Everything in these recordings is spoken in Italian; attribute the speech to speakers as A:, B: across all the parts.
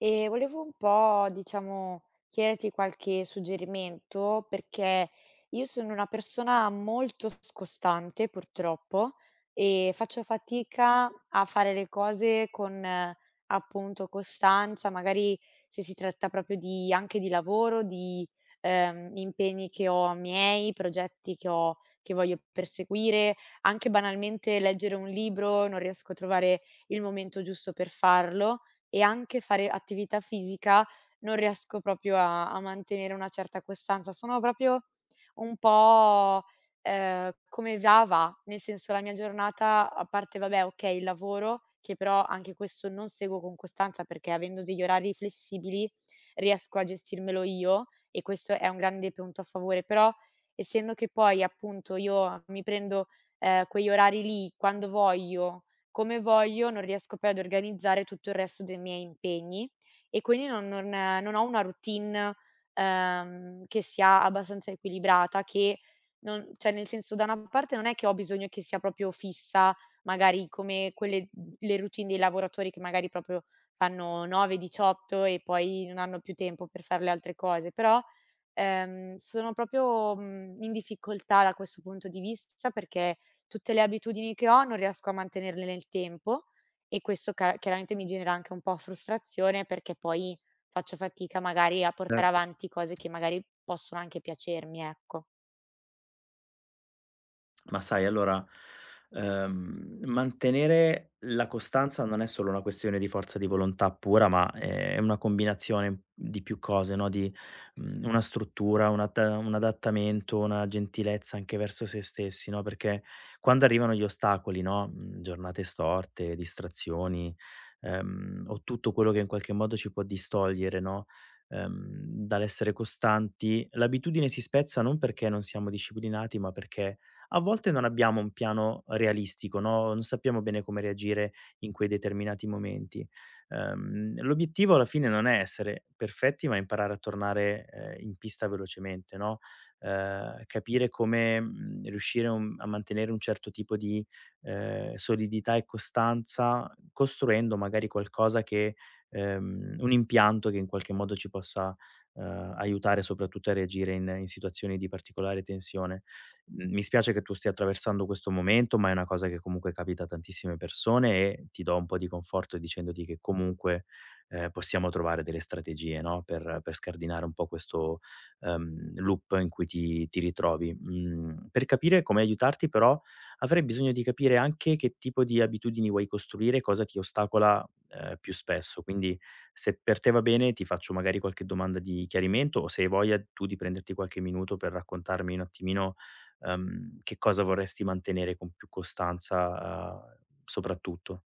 A: E volevo un po', diciamo, chiederti qualche suggerimento perché io sono una persona molto scostante, purtroppo, e faccio fatica a fare le cose con, appunto, costanza. Magari se si tratta proprio di, anche di lavoro, di impegni che ho miei, progetti che ho, che voglio perseguire, anche banalmente leggere un libro, non riesco a trovare il momento giusto per farlo, e anche fare attività fisica non riesco proprio a mantenere una certa costanza. Sono proprio un po', come va, va. Nel senso, la mia giornata, a parte vabbè, okay, il lavoro, che però anche questo non seguo con costanza perché, avendo degli orari flessibili, riesco a gestirmelo io, e questo è un grande punto a favore. Però essendo che poi appunto io mi prendo, quegli orari lì quando voglio, come voglio, non riesco poi ad organizzare tutto il resto dei miei impegni, e quindi non non ho una routine, che sia abbastanza equilibrata, che non, cioè nel senso, da una parte non è che ho bisogno che sia proprio fissa, magari come quelle, le routine dei lavoratori che magari proprio fanno 9, 18 e poi non hanno più tempo per fare le altre cose. Però sono proprio, in difficoltà da questo punto di vista, perché tutte le abitudini che ho non riesco a mantenerle nel tempo, e questo ca chiaramente mi genera anche un po' frustrazione, perché poi faccio fatica magari a portare
B: Certo.
A: avanti cose che magari possono anche piacermi, ecco.
B: Ma sai allora, mantenere la costanza non è solo una questione di forza di volontà pura, ma è una combinazione di più cose, no, di, una struttura, un adattamento, una gentilezza anche verso se stessi, no, perché quando arrivano gli ostacoli, no, giornate storte, distrazioni, o tutto quello che in qualche modo ci può distogliere, no, dall'essere costanti, l'abitudine si spezza non perché non siamo disciplinati, ma perché a volte non abbiamo un piano realistico, no, non sappiamo bene come reagire in quei determinati momenti. L'obiettivo alla fine non è essere perfetti, ma imparare a tornare, in pista velocemente, no, capire come, riuscire un a mantenere un certo tipo di, solidità e costanza, costruendo magari qualcosa che un impianto che in qualche modo ci possa, aiutare soprattutto a reagire in situazioni di particolare tensione. Mi spiace che tu stia attraversando questo momento, ma è una cosa che comunque capita a tantissime persone e ti do un po' di conforto dicendoti che comunque, possiamo trovare delle strategie, no, per scardinare un po' questo, loop in cui ti ritrovi. Mhmm, per capire come aiutarti però avrei bisogno di capire anche che tipo di abitudini vuoi costruire, cosa ti ostacola, più spesso. Quindi se per te va bene ti faccio magari qualche domanda di chiarimento o se hai voglia tu di prenderti qualche minuto per raccontarmi un attimino. Che cosa vorresti mantenere con più costanza, soprattutto?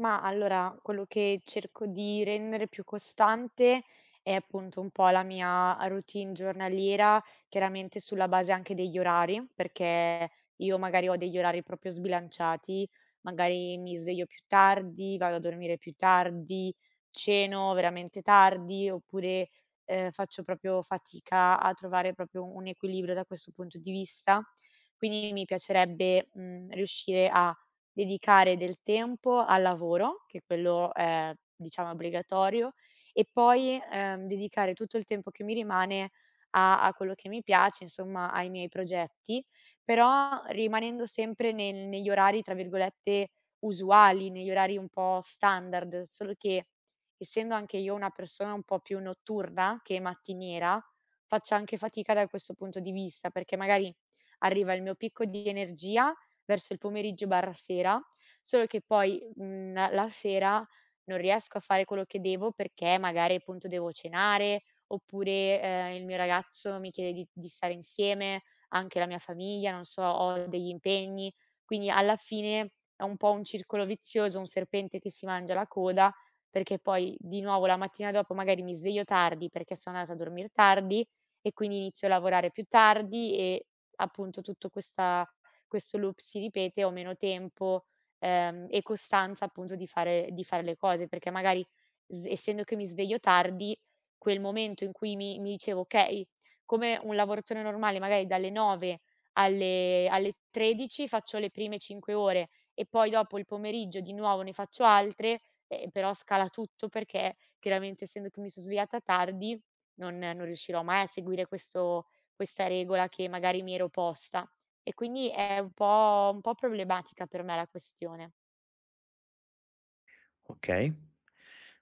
A: Ma allora, quello che cerco di rendere più costante è appunto un po' la mia routine giornaliera, chiaramente sulla base anche degli orari, perché io magari ho degli orari proprio sbilanciati: magari mi sveglio più tardi, vado a dormire più tardi, ceno veramente tardi. Oppure faccio proprio fatica a trovare proprio un equilibrio da questo punto di vista. Quindi mi piacerebbe riuscire dedicare del tempo al lavoro, che quello è diciamo obbligatorio, e poi, dedicare tutto il tempo che mi rimane a a quello che mi piace, insomma ai miei progetti, però rimanendo sempre nel negli orari tra virgolette "usuali", negli orari un po' standard. Solo che, essendo anche io una persona un po' più notturna che mattiniera, faccio anche fatica da questo punto di vista, perché magari arriva il mio picco di energia verso il pomeriggio/sera, solo che poi, la sera non riesco a fare quello che devo, perché magari appunto devo cenare, oppure, il mio ragazzo mi chiede di stare insieme, anche la mia famiglia, non so, ho degli impegni. Quindi alla fine è un po' un circolo vizioso, un serpente che si mangia la coda, perché poi di nuovo la mattina dopo magari mi sveglio tardi perché sono andata a dormir tardi, e quindi inizio a lavorare più tardi e appunto tutto questa, questo loop si ripete, ho meno tempo, e costanza appunto di fare le cose. Perché magari s essendo che mi sveglio tardi, quel momento in cui mi dicevo: "Okay, come un lavoratore normale, magari dalle 9 alle 13 faccio le prime 5 ore, e poi dopo il pomeriggio di nuovo ne faccio altre", però scala tutto, perché chiaramente, essendo che mi son svegliata tardi, non riuscirò mai a seguire questo, questa regola che magari mi ero posta. E quindi è un po' problematica per me la questione.
B: Okay.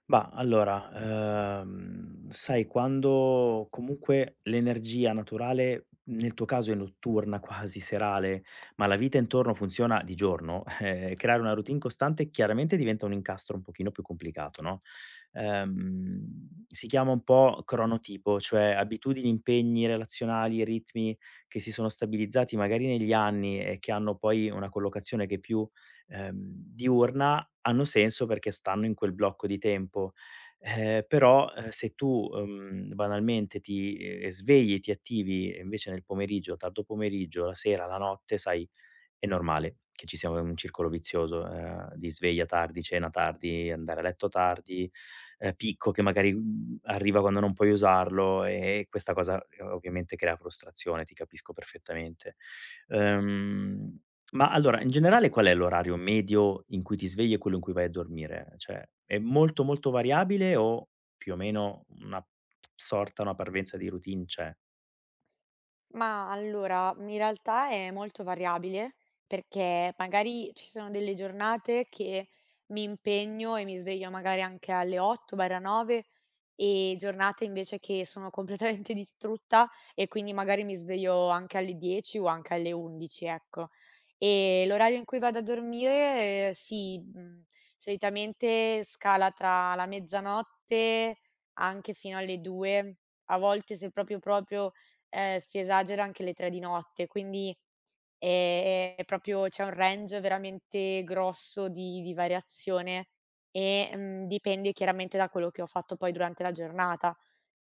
B: Mah, allora, sai quando comunque l'energia naturale, nel tuo caso è notturna, quasi serale, ma la vita intorno funziona di giorno, creare una routine costante chiaramente diventa un incastro un pochino più complicato, no, ehm, si chiama un po' cronotipo, cioè abitudini, impegni relazionali, ritmi che si sono stabilizzati magari negli anni e che hanno poi una collocazione che è più, ehm, diurna hanno senso perché stanno in quel blocco di tempo, però, se tu, banalmente ti, svegli, ti attivi e invece nel pomeriggio, tardo pomeriggio, la sera, la notte, sai, è normale che ci sia un circolo vizioso, di sveglia tardi, cena tardi, andare a letto tardi, picco che magari, arriva quando non puoi usarlo, e questa cosa, ovviamente crea frustrazione, ti capisco perfettamente. Ehm, ma allora, in generale qual è l'orario medio in cui ti svegli e quello in cui vai a dormire? Cioè, è molto, molto variabile o più o meno una sorta, una parvenza di routine c'è?
A: Ma allora, in realtà è molto variabile, perché magari ci sono delle giornate che mi impegno e mi sveglio magari anche alle 8/9, e giornate invece che sono completamente distrutta e quindi magari mi sveglio anche alle 10 o anche alle 11, ecco. E l'orario in cui vado a dormire, sì, mhmm, solitamente scala tra la mezzanotte anche fino alle 2, a volte se proprio, proprio si esagera anche le 3 di notte. Quindi, è proprio, c'è un range veramente grosso di variazione e, mhmm, dipende chiaramente da quello che ho fatto poi durante la giornata.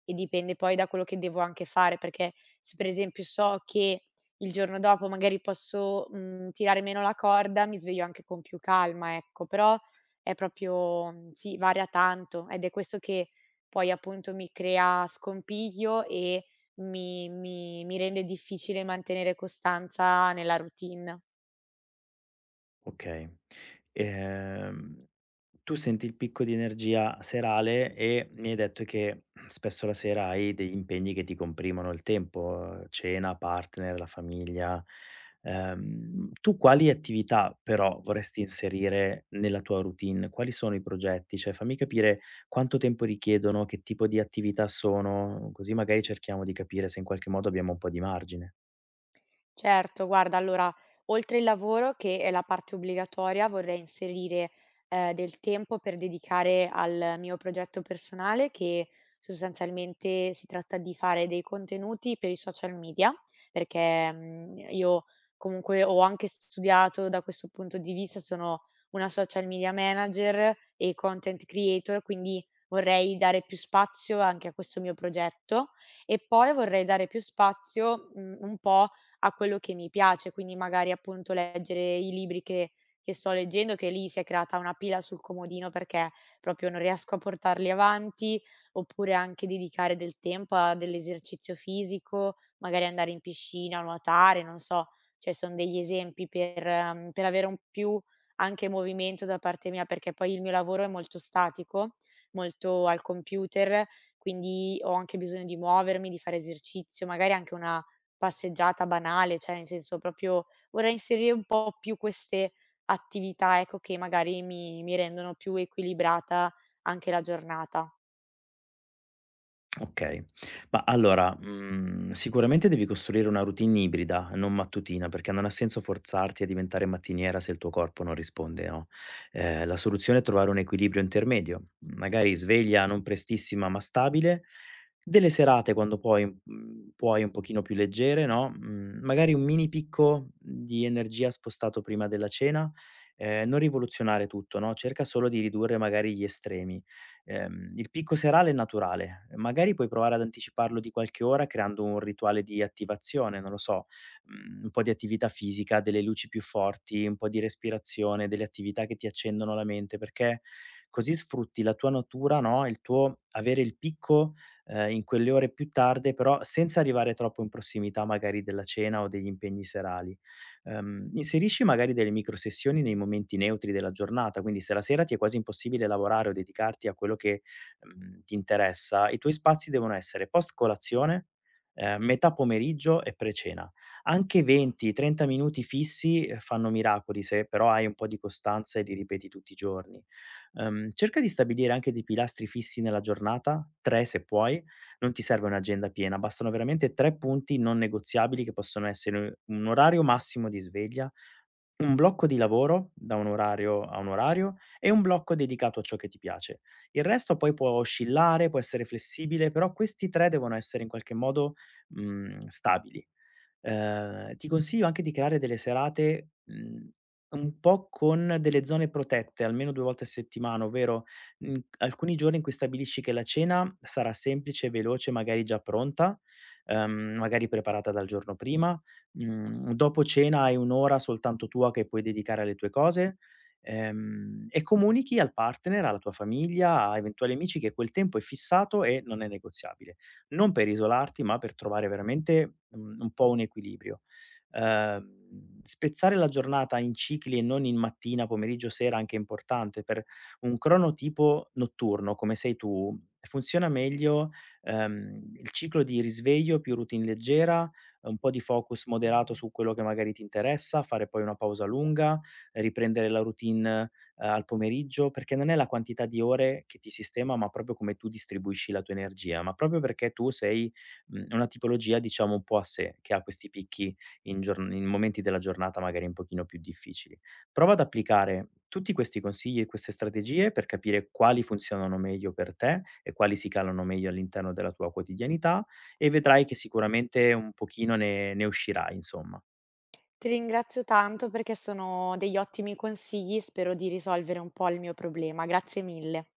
A: E dipende poi da quello che devo anche fare, perché se per esempio so che il giorno dopo magari posso, mhmm, tirare meno la corda, mi sveglio anche con più calma, ecco. Però è proprio, mhmm, sì, varia tanto, ed è questo che poi appunto mi crea scompiglio e mi rende difficile mantenere costanza nella routine.
B: Okay. Ehm, Tu senti il picco di energia serale e mi hai detto che spesso la sera hai degli impegni che ti comprimono il tempo, cena, partner, la famiglia. Tu quali attività però vorresti inserire nella tua routine? Quali sono i progetti? Cioè, fammi capire quanto tempo richiedono, che tipo di attività sono, così magari cerchiamo di capire se in qualche modo abbiamo un po' di margine.
A: Certo, guarda, allora, oltre il lavoro, che è la parte obbligatoria, vorrei inserire del tempo per dedicare al mio progetto personale, che sostanzialmente si tratta di fare dei contenuti per i social media, perché io comunque ho anche studiato da questo punto di vista, sono una social media manager e content creator, quindi vorrei dare più spazio anche a questo mio progetto. E poi vorrei dare più spazio un po' a quello che mi piace, quindi magari appunto leggere i libri che sto leggendo, che lì si è creata una pila sul comodino perché proprio non riesco a portarli avanti. Oppure anche dedicare del tempo a dell'esercizio fisico, magari andare in piscina, nuotare, non so, cioè son degli esempi per, mhmm, per avere un più anche movimento da parte mia, perché poi il mio lavoro è molto statico, molto al computer, quindi ho anche bisogno di muovermi, di fare esercizio, magari anche una passeggiata banale. Cioè, in senso proprio, vorrei inserire un po' più queste attività, ecco, che magari mi rendono più equilibrata anche la giornata.
B: Okay. Ma allora, sicuramente devi costruire una routine ibrida, non mattutina, perché non ha senso forzarti a diventare mattiniera se il tuo corpo non risponde, no, la soluzione è trovare un equilibrio intermedio, magari sveglia non prestissima ma stabile, delle serate quando poi, puoi un pochino più leggere, no, magari un mini picco di energia spostato prima della cena, non rivoluzionare tutto, no, cerca solo di ridurre magari gli estremi. Il picco serale è naturale, magari puoi provare ad anticiparlo di qualche ora creando un rituale di attivazione, non lo so, un po' di attività fisica, delle luci più forti, un po' di respirazione, delle attività che ti accendono la mente, perché così sfrutti la tua natura, no, il tuo avere il picco, in quelle ore più tarde, però senza arrivare troppo in prossimità magari della cena o degli impegni serali. Inserisci magari delle microsessioni nei momenti neutri della giornata, quindi se la sera ti è quasi impossibile lavorare o dedicarti a quello che, ti interessa, i tuoi spazi devono essere post colazione, metà pomeriggio e pre-cena. Anche 20, 30 minuti fissi, fanno miracoli se però hai un po' di costanza e li ripeti tutti i giorni. Cerca di stabilire anche dei pilastri fissi nella giornata, 3 se puoi, non ti serve un'agenda piena, bastano veramente 3 punti non negoziabili che possono essere un orario massimo di sveglia, un blocco di lavoro da un orario a un orario e un blocco dedicato a ciò che ti piace. Il resto poi può oscillare, può essere flessibile, però questi 3 devono essere in qualche modo, stabili. Ti consiglio anche di creare delle serate, un po' con delle zone protette, almeno 2 volte a settimana, ovvero, alcuni giorni in cui stabilisci che la cena sarà semplice, veloce, magari già pronta, magari preparata dal giorno prima, dopo cena hai un'ora soltanto tua che puoi dedicare alle tue cose, e comunichi al partner, alla tua famiglia, a eventuali amici che quel tempo è fissato e non è negoziabile non per isolarti, ma per trovare veramente, un po' un equilibrio. Spezzare la giornata in cicli e non in mattina, pomeriggio, sera, anche è importante. Per un cronotipo notturno, come sei tu, funziona meglio, il ciclo di risveglio più routine leggera, un po' di focus moderato su quello che magari ti interessa, fare poi una pausa lunga, riprendere la routine al pomeriggio, perché non è la quantità di ore che ti sistema, ma proprio come tu distribuisci la tua energia, ma proprio perché tu sei, una tipologia diciamo un po' a sé, che ha questi picchi in momenti della giornata magari un pochino più difficili. Prova ad applicare tutti questi consigli e queste strategie per capire quali funzionano meglio per te e quali si calano meglio all'interno della tua quotidianità e vedrai che sicuramente un pochino ne uscirai insomma.
A: Ti ringrazio tanto perché sono degli ottimi consigli, spero di risolvere un po' il mio problema. Grazie mille.